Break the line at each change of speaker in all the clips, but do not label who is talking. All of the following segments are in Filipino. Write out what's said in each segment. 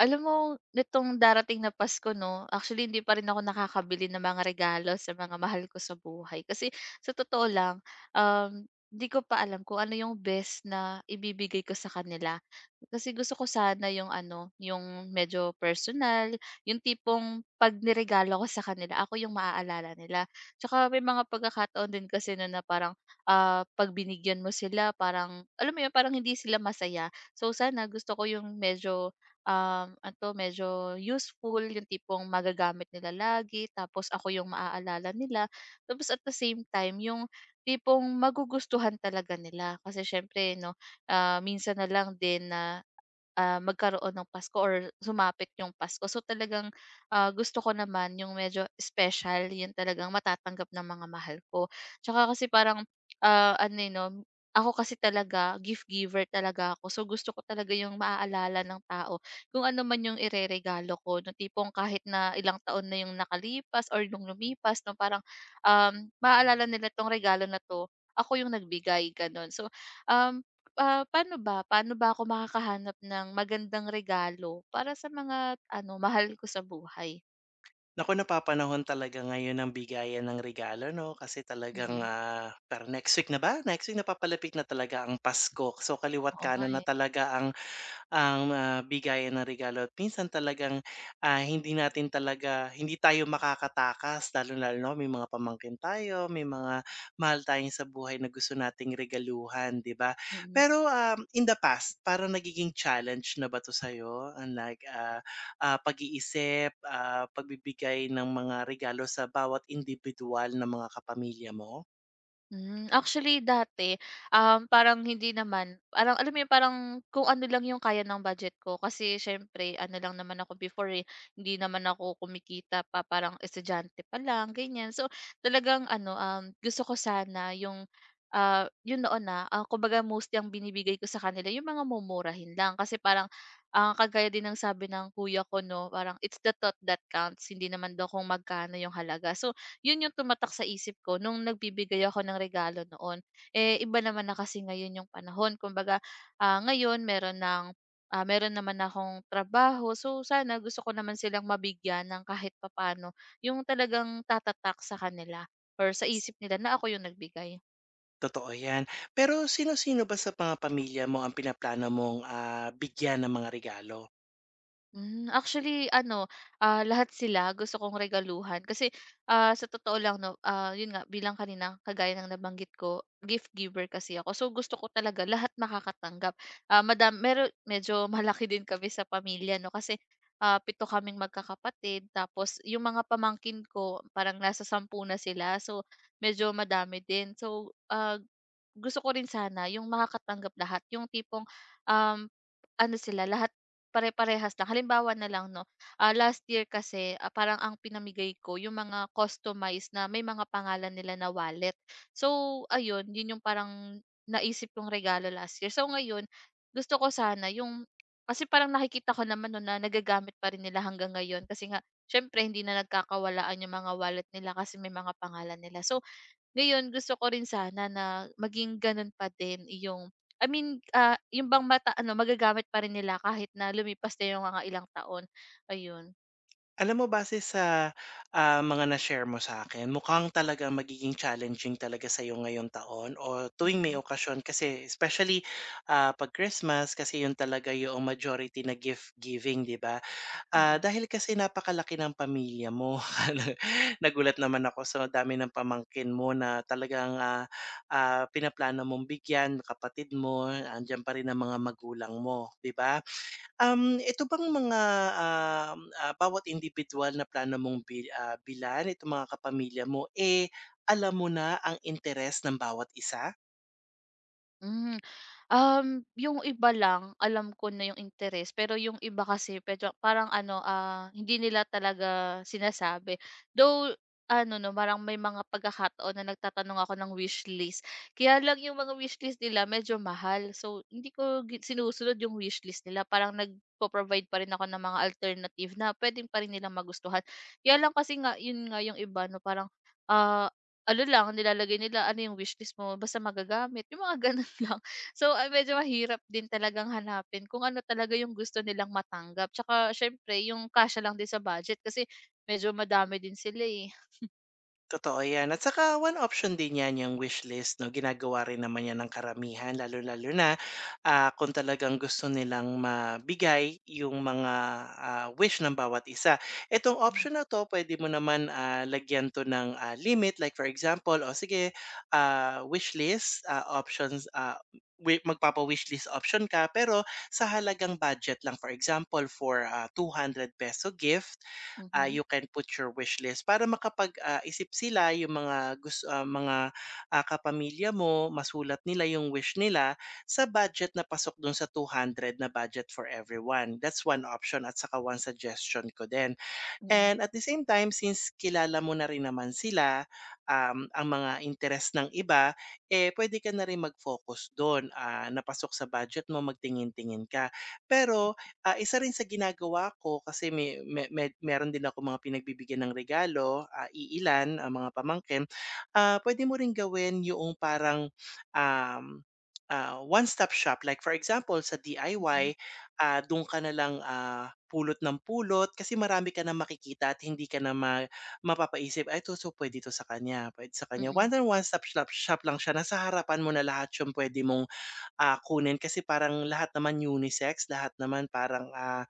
Alam mo nitong darating na Pasko, 'no? Actually, hindi pa rin ako nakakabili ng mga regalo sa mga mahal ko sa buhay. Kasi sa totoo lang, um, hindi ko pa alam kung ano yung best na ibibigay ko sa kanila. Kasi gusto ko sana yung ano, yung medyo personal, yung tipong 'pag niregalo ko sa kanila, ako yung maaalala nila. Tsaka may mga pagkakataon din kasi no na parang, ah, 'pag binigyan mo sila parang, alam mo yun, parang hindi sila masaya. So sana gusto ko yung medyo ano, medyo useful, yung tipong magagamit nila lagi tapos ako yung maaalala nila. Tapos at the same time, yung tipong magugustuhan talaga nila kasi siyempre 'no, ah, minsan na lang din na ah, magkaroon ng Pasko or sumapit yung Pasko. So talagang, ah, gusto ko naman yung medyo special, yun talagang matatanggap ng mga mahal ko. Tsaka kasi parang, ah, ano, eh, 'no, ako kasi talaga gift giver talaga ako. So gusto ko talaga yung maaalala ng tao kung ano man yung ireregalo ko na tipong kahit na ilang taon na yung nakalipas or yung lumipas 'no, parang, maaalala nila 'tong regalo na 'to, ako yung nagbigay, gano'n. So, um, ah, paano ba ako makakahanap ng magandang regalo para sa mga ano, mahal ko sa buhay?
Naku, napapanahon talaga ngayon ang bigayan ng regalo 'no, kasi talagang,
Mhm,
parang next week na ba? Next week napapalapit na talaga ang Pasko. So, kaliwa't
oo nga
kanan na
eh,
talaga ang, bigayan ng regalo at minsan talagang, hindi natin talaga hindi tayo makakatakas lalong-lalo na may mga pamangkin tayo, may mga mahal tayong sa buhay na gusto nating regaluhan, 'di ba?
mm.
Pero, in the past, parang nagiging challenge na ba 'to sa'yo? And like, ah, ah, pag-iisip, pagbibigay ng mga regalo sa bawat individual na mga kapamilya mo?
Hmm, actually dati, parang hindi naman parang alam mo yun, parang kung ano lang yung kaya ng budget ko kasi siyempre ano lang naman ako before, eh, hindi naman ako kumikita pa parang estudyante pa lang ganyan. So, talagang ano, gusto ko sana yung, ah, yun noon, na ah, kumbaga most yung binibigay ko sa kanila yung mga mumurahin lang kasi parang, ah, kagaya din ng sabi ng kuya ko 'no, parang it's the thought that counts, hindi naman daw kung magkano yung halaga. So, 'yun yung tumatak sa isip ko nung nagbibigay ako ng regalo noon. Eh, iba naman na kasi ngayon yung panahon kumbaga, ah, ngayon meron ng, ah, meron naman na akong trabaho so sana gusto ko naman silang mabigyan ng kahit papaano yung talagang tatatak sa kanila or sa isip nila na ako yung nagbigay.
Totoo 'yan. Pero sino-sino ba sa mga pamilya mo ang pinaplano mong, bigyan ng mga regalo?
Hmm, actually ano, ah, lahat sila gusto kong regaluhan kasi, ah, sa totoo lang 'no, ah, yun nga bilang kanina kagaya ng nabanggit ko, gift giver kasi ako. So, gusto ko talaga lahat makakatanggap. Ah, madam meron medyo malaki din kami sa pamilya 'no kasi, ah, 7 kaming magkakapatid tapos yung mga pamangkin ko parang nasa 10 na sila. So, medyo madami din. So, ah, gusto ko rin sana yung makakatanggap lahat, yung tipong, um, ano sila lahat pare-parehas lang. Halimbawa na lang 'no, ah, last year kasi, ah, parang ang pinamigay ko yung mga customized na may mga pangalan nila na wallet. So ayun, yun yung parang naisip kong regalo last year. So ngayon, gusto ko sana yung kasi parang nakikita ko naman 'no na nagagamit pa rin nila hanggang ngayon kasi nga siyempre hindi na nagkakawalaan yung mga wallet nila kasi may mga pangalan nila. So ngayon gusto ko rin sana na maging gano'n pa din yung I mean, ah, yung bang mata ano magagamit pa rin nila kahit na lumipas na yung mga ilang taon, ayun.
Alam mo base sa, mga na-share mo sa akin mukhang talaga magiging challenging talaga sa sa'yo ngayong taon o tuwing may
Mm,
okasyon kasi especially, 'pag Christmas kasi 'yun talaga yung majority na gift giving, 'di ba?
mm.
Dahil kasi napakalaki ng pamilya mo nagulat naman ako sa dami ng pamangkin mo na talagang, pinaplano mong bigyan, kapatid mo, andiyan pa rin ang mga magulang mo, 'di ba? Um, ito bang mga, um, ah, bawat individual na plano mong bilhan, itong mga kapamilya mo, eh, alam mo na ang interes ng bawat isa?
Hmm, yung iba lang alam ko na yung interes, pero yung iba kasi medyo parang ano, ah, hindi nila talaga sinasabi. Though ano 'no, parang may mga pagkakataon na nagtatanong ako ng wishlist. Kaya lang yung mga wish list nila medyo mahal. So, hindi ko gi sinusunod yung wish list nila. Parang nagpo-provide pa rin ako ng mga alternative na puwede pa rin nilang magustuhan. Kaya lang kasi nga, yun nga yung iba 'no, parang, ah, ano lang nilalagay nila, "Ano yung wish list mo? Basta magagamit." Yung mga gano'n lang. So, ah, medyo mahirap din talagang hanapin kung ano talaga yung gusto nilang matanggap. Tsaka siyempre yung kasya lang din sa budget kasi medyo madami din sila, eh.
Totoo 'yan at saka one option din 'yan, yung wishlist 'no, ginagawa rin naman 'yan ng karamihan lalo-lalo na, kung talagang gusto nilang mabigay yung mga, wish ng bawat isa. Itong
Mhm,
option na 'to puwede mo naman, lagyan 'to ng, limit like for example, o sige, wishlist, options, ah, wi magpapa-wishlist option ka pero sa halagang budget lang. For example, for, ₱200 gift,
mhm,
you can put your wish list para makapag isip sila yung mga, kapamilya mo, masulat nila yung wish nila sa budget na pasok dun sa ₱200 na budget for everyone. That's one option at saka one suggestion ko din.
mm.
And at the same time, since kilala mo na rin naman sila, ang mga interes ng iba, eh puwede ka na rin mag-focus do'n, napasok sa budget mo, magtingin-tingin ka. Pero, isa rin sa ginagawa ko kasi may me me meron din ako mga pinagbibigyan ng regalo, iilan, mga pamangkin. Puwede mo ring gawin yung parang, um, one-stop shop. Like for example, sa DIY, dun ka na lang, pulot ng pulot kasi marami ka na makikita at hindi ka na ma mapapaisip, "Ay ito so puwede ito sa kanya, pwede sa
Mm,
kanya."
mm,
One and one stop shop shop lang siya, nasa harapan mo na lahat yung puwede mong, kunin kasi parang lahat naman unisex, lahat naman parang, ah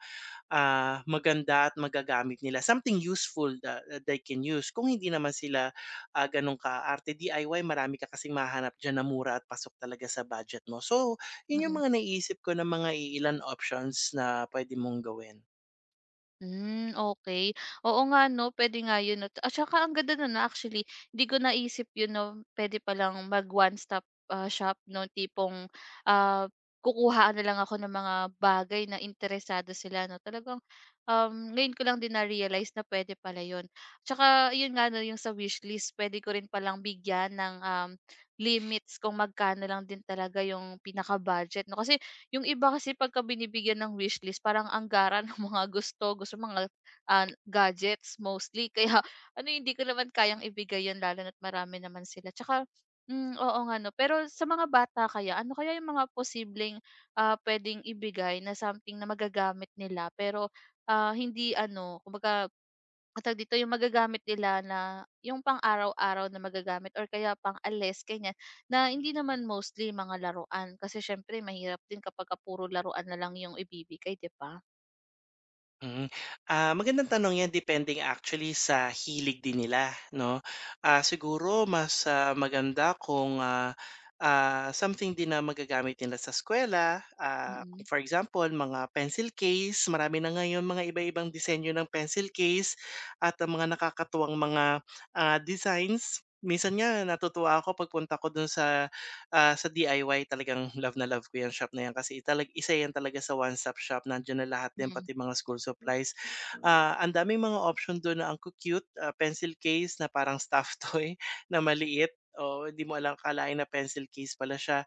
ah, maganda at magagamit nila, something useful that they can use. Kung hindi naman sila, gano'n kaarte DIY marami ka kasing mahanap, diyan na mura at pasok talaga sa budget mo. So, 'yun 'yung
mm.
mga naisip ko na mga ilan options na puwede mong gawin.
Hmm, okay. Oo nga 'no, puwede nga 'yun 'no, at saka ang ganda no'n, ah, actually. Hindi ko naisip 'yun 'no, puwede palang mag one stop, ah, shop 'no, tipong, ah, kukuhaan na lang ako ng mga bagay na interesado sila 'no. Talagang, ngayon ko lang din na-realize na puwede pala 'yun. Tsaka 'yun nga 'no, yung sa wishlist puwede ko rin palang bigyan ng, limits kung magkano lang din talaga yung pinaka-budget 'no. Kasi yung iba kasi pagka binibigyan ng wishlist parang anggaran ng mga gusto, gusto mga, ah, gadgets mostly kaya ano hindi ko naman kayang ibigay 'yun lalo na't marami naman sila. Tsaka hmm, oo nga 'no. Pero sa mga bata kaya, ano kaya yung mga posibleng, ah, puwedeng ibigay na something na magagamit nila pero, ah, hindi ano kumbaga ang tawag dito, yung magagamit nila na yung pang-araw-araw na magagamit or kaya pang-alis, ganyan, na hindi naman mostly mga laruan. Kasi siyempre mahirap din kapagka puro laruan na lang yung ibibigay, 'di ba?
Mm. Magandang tanong 'yan depending actually sa hilig din nila 'no. Siguro mas, maganda kung, something din na magagamit nila sa eskuwela,
Mm.
kung for example mga pencil case, marami na ngayon mga iba-ibang disenyo ng pencil case at ang mga nakakatuwang mga, designs. Minsan nga natutuwa ako pagpunta ko dun sa DIY talagang love na love ko 'yang shop na 'yan kasi talag isa 'yan talaga sa one-stop shop, nandiyan na lahat din
Mm.
pati mga school supplies. Ang daming mga option do'n na ang cute pencil case na parang stuffed toy na maliit, o hindi mo alam kalain na pencil case pala siya.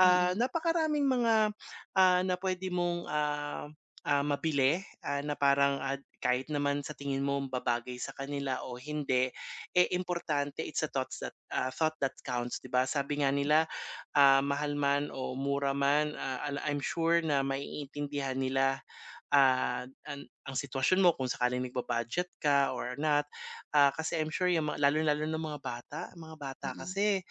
Mm.
Napakaraming mga, na puwede mong, mabili, na parang, kahit naman sa tingin mo babagay sa kanila o hindi, eh, importante it's a thought that counts, 'di ba? Sabi nga nila mahal man o mura man, ah, ala I'm sure na maiintindihan nila, ah, an ang sitwasyon mo kung sakaling nagba-budget ka or not. Kasi I'm sure yung mga lalong-lalo na mga bata, ang mga bata
Mm.
kasi,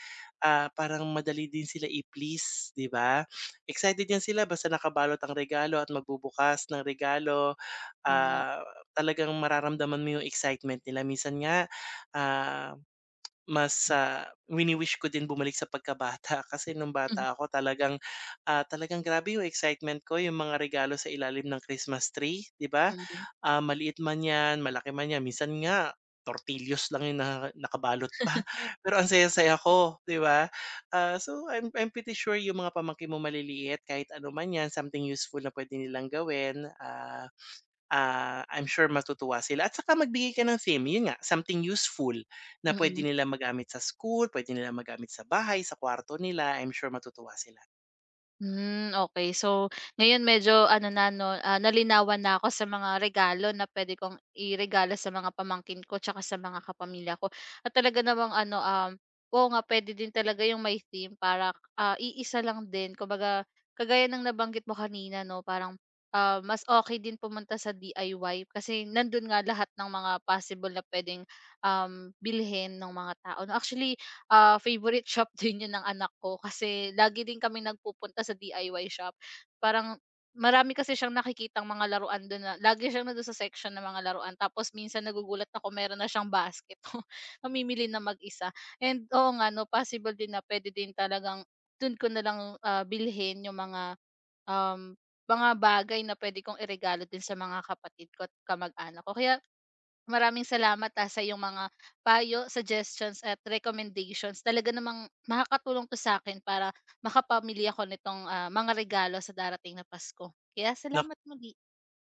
parang madali din sila i-please, 'di ba? Excited yan sila basta nakabalot ang regalo at magbubukas ng regalo,
Tama.
ah, talagang mararamdaman mo yung excitement nila. Minsan nga, ah mas, wini-wish ko din bumalik sa pagkabata kasi nung
Hmm.
bata ako talagang, talagang grabe yung excitement ko yung mga regalo sa ilalim ng Christmas tree, 'di ba?
Mm.
Maliit man 'yan, malaki man 'yan, minsan nga tortilyos lang yung nakabalot pa, pero ang saya-saya ko, 'di ba? So I'm pretty sure yung mga pamangkin mo maliliit kahit ano man 'yan, something useful na puwede nilang gawin, I'm sure matutuwa sila at saka magbigay ka ng theme, yun nga, something useful na pwede
Mm.
nila magamit sa school, pwede nila magamit sa bahay, sa kwarto nila, I'm sure matutuwa sila.
Hmm, okay. So, ngayon medyo ano na 'no, ah, nalinawan na ako sa mga regalo na puwede kong iregalo sa mga pamangkin ko tsaka sa mga kapamilya ko. At talaga namang ano, oo nga pwede din talaga yung may theme para, ah, iisa lang din. Kumbaga, kagaya ng nabanggit mo kanina 'no, parang, ah, mas okay din pumunta sa DIY kasi nandun nga lahat ng mga possible na puwedeng, bilhin ng mga tao 'no. Actually ah, favorite shop din 'yun ng anak ko kasi lagi din kami nagpupunta sa DIY shop. Parang marami kasi siyang nakikitang mga laruan do'n na lagi siyang nando'n sa section ng mga laruan tapos minsan nagugulat ako meron na siyang basket. Mamimili na mag-isa and oo nga 'no, possible din na pwede din talagang do'n ko na lang, ah, bilhin yung mga, um, mga bagay na puwede kong iregalo din sa mga kapatid ko at kamag-anak ko. Kaya maraming salamat, ah, sa iyong mga payo, suggestions at recommendations talaga namang makakatulong 'to sa akin para makapamili ako nitong, ah, mga regalo sa darating na Pasko. Kaya salamat muli.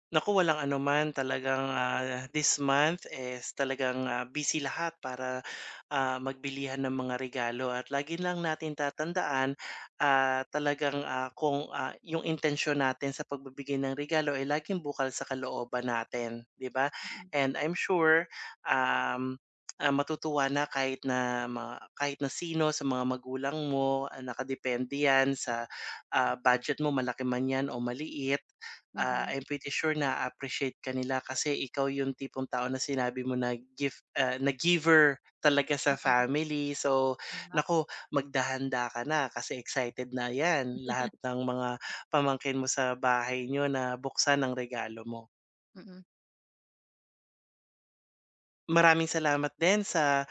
Naku, walang anuman. Talagang, this month is talagang, busy lahat para, magbilihan ng mga regalo at lagi lang natin tatandaan, talagang, kung, yung intensyon natin sa pagbibigay ng regalo ay laging bukal sa kalooban natin, 'di ba?
Mm,
And I'm sure, um, matutuwa na kahit na sino sa mga magulang mo, nakadepende 'yan sa, budget mo malaki man 'yan o maliit
mhm,
I'm pretty sure na appreciate ka nila kasi ikaw yung tipong tao na sinabi mo na giver talaga sa
mm,
family. So,
tama,
naku magdahanda ka na kasi excited na 'yan lahat ng mga pamangkin mo sa bahay niyo na buksan ang regalo mo.
mm,
Maraming salamat din sa,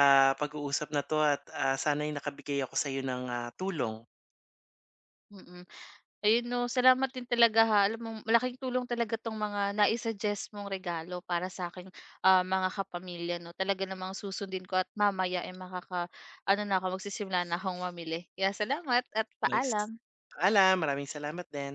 pag-uusap na 'to at, sana'y nakabigay ako sa'yo ng, tulong.
mm. Ayun 'no, salamat din talaga, ha. Alam mo malaking tulong talaga 'tong mga naisuggest mong regalo para sa'king, ah, mga kapamilya 'no. Talaga namang susundin ko at mamaya, ay makaka ano na ako, magsisimula na akong mamili. Kaya salamat at
Mag's
paalam.
paalam, maraming salamat din.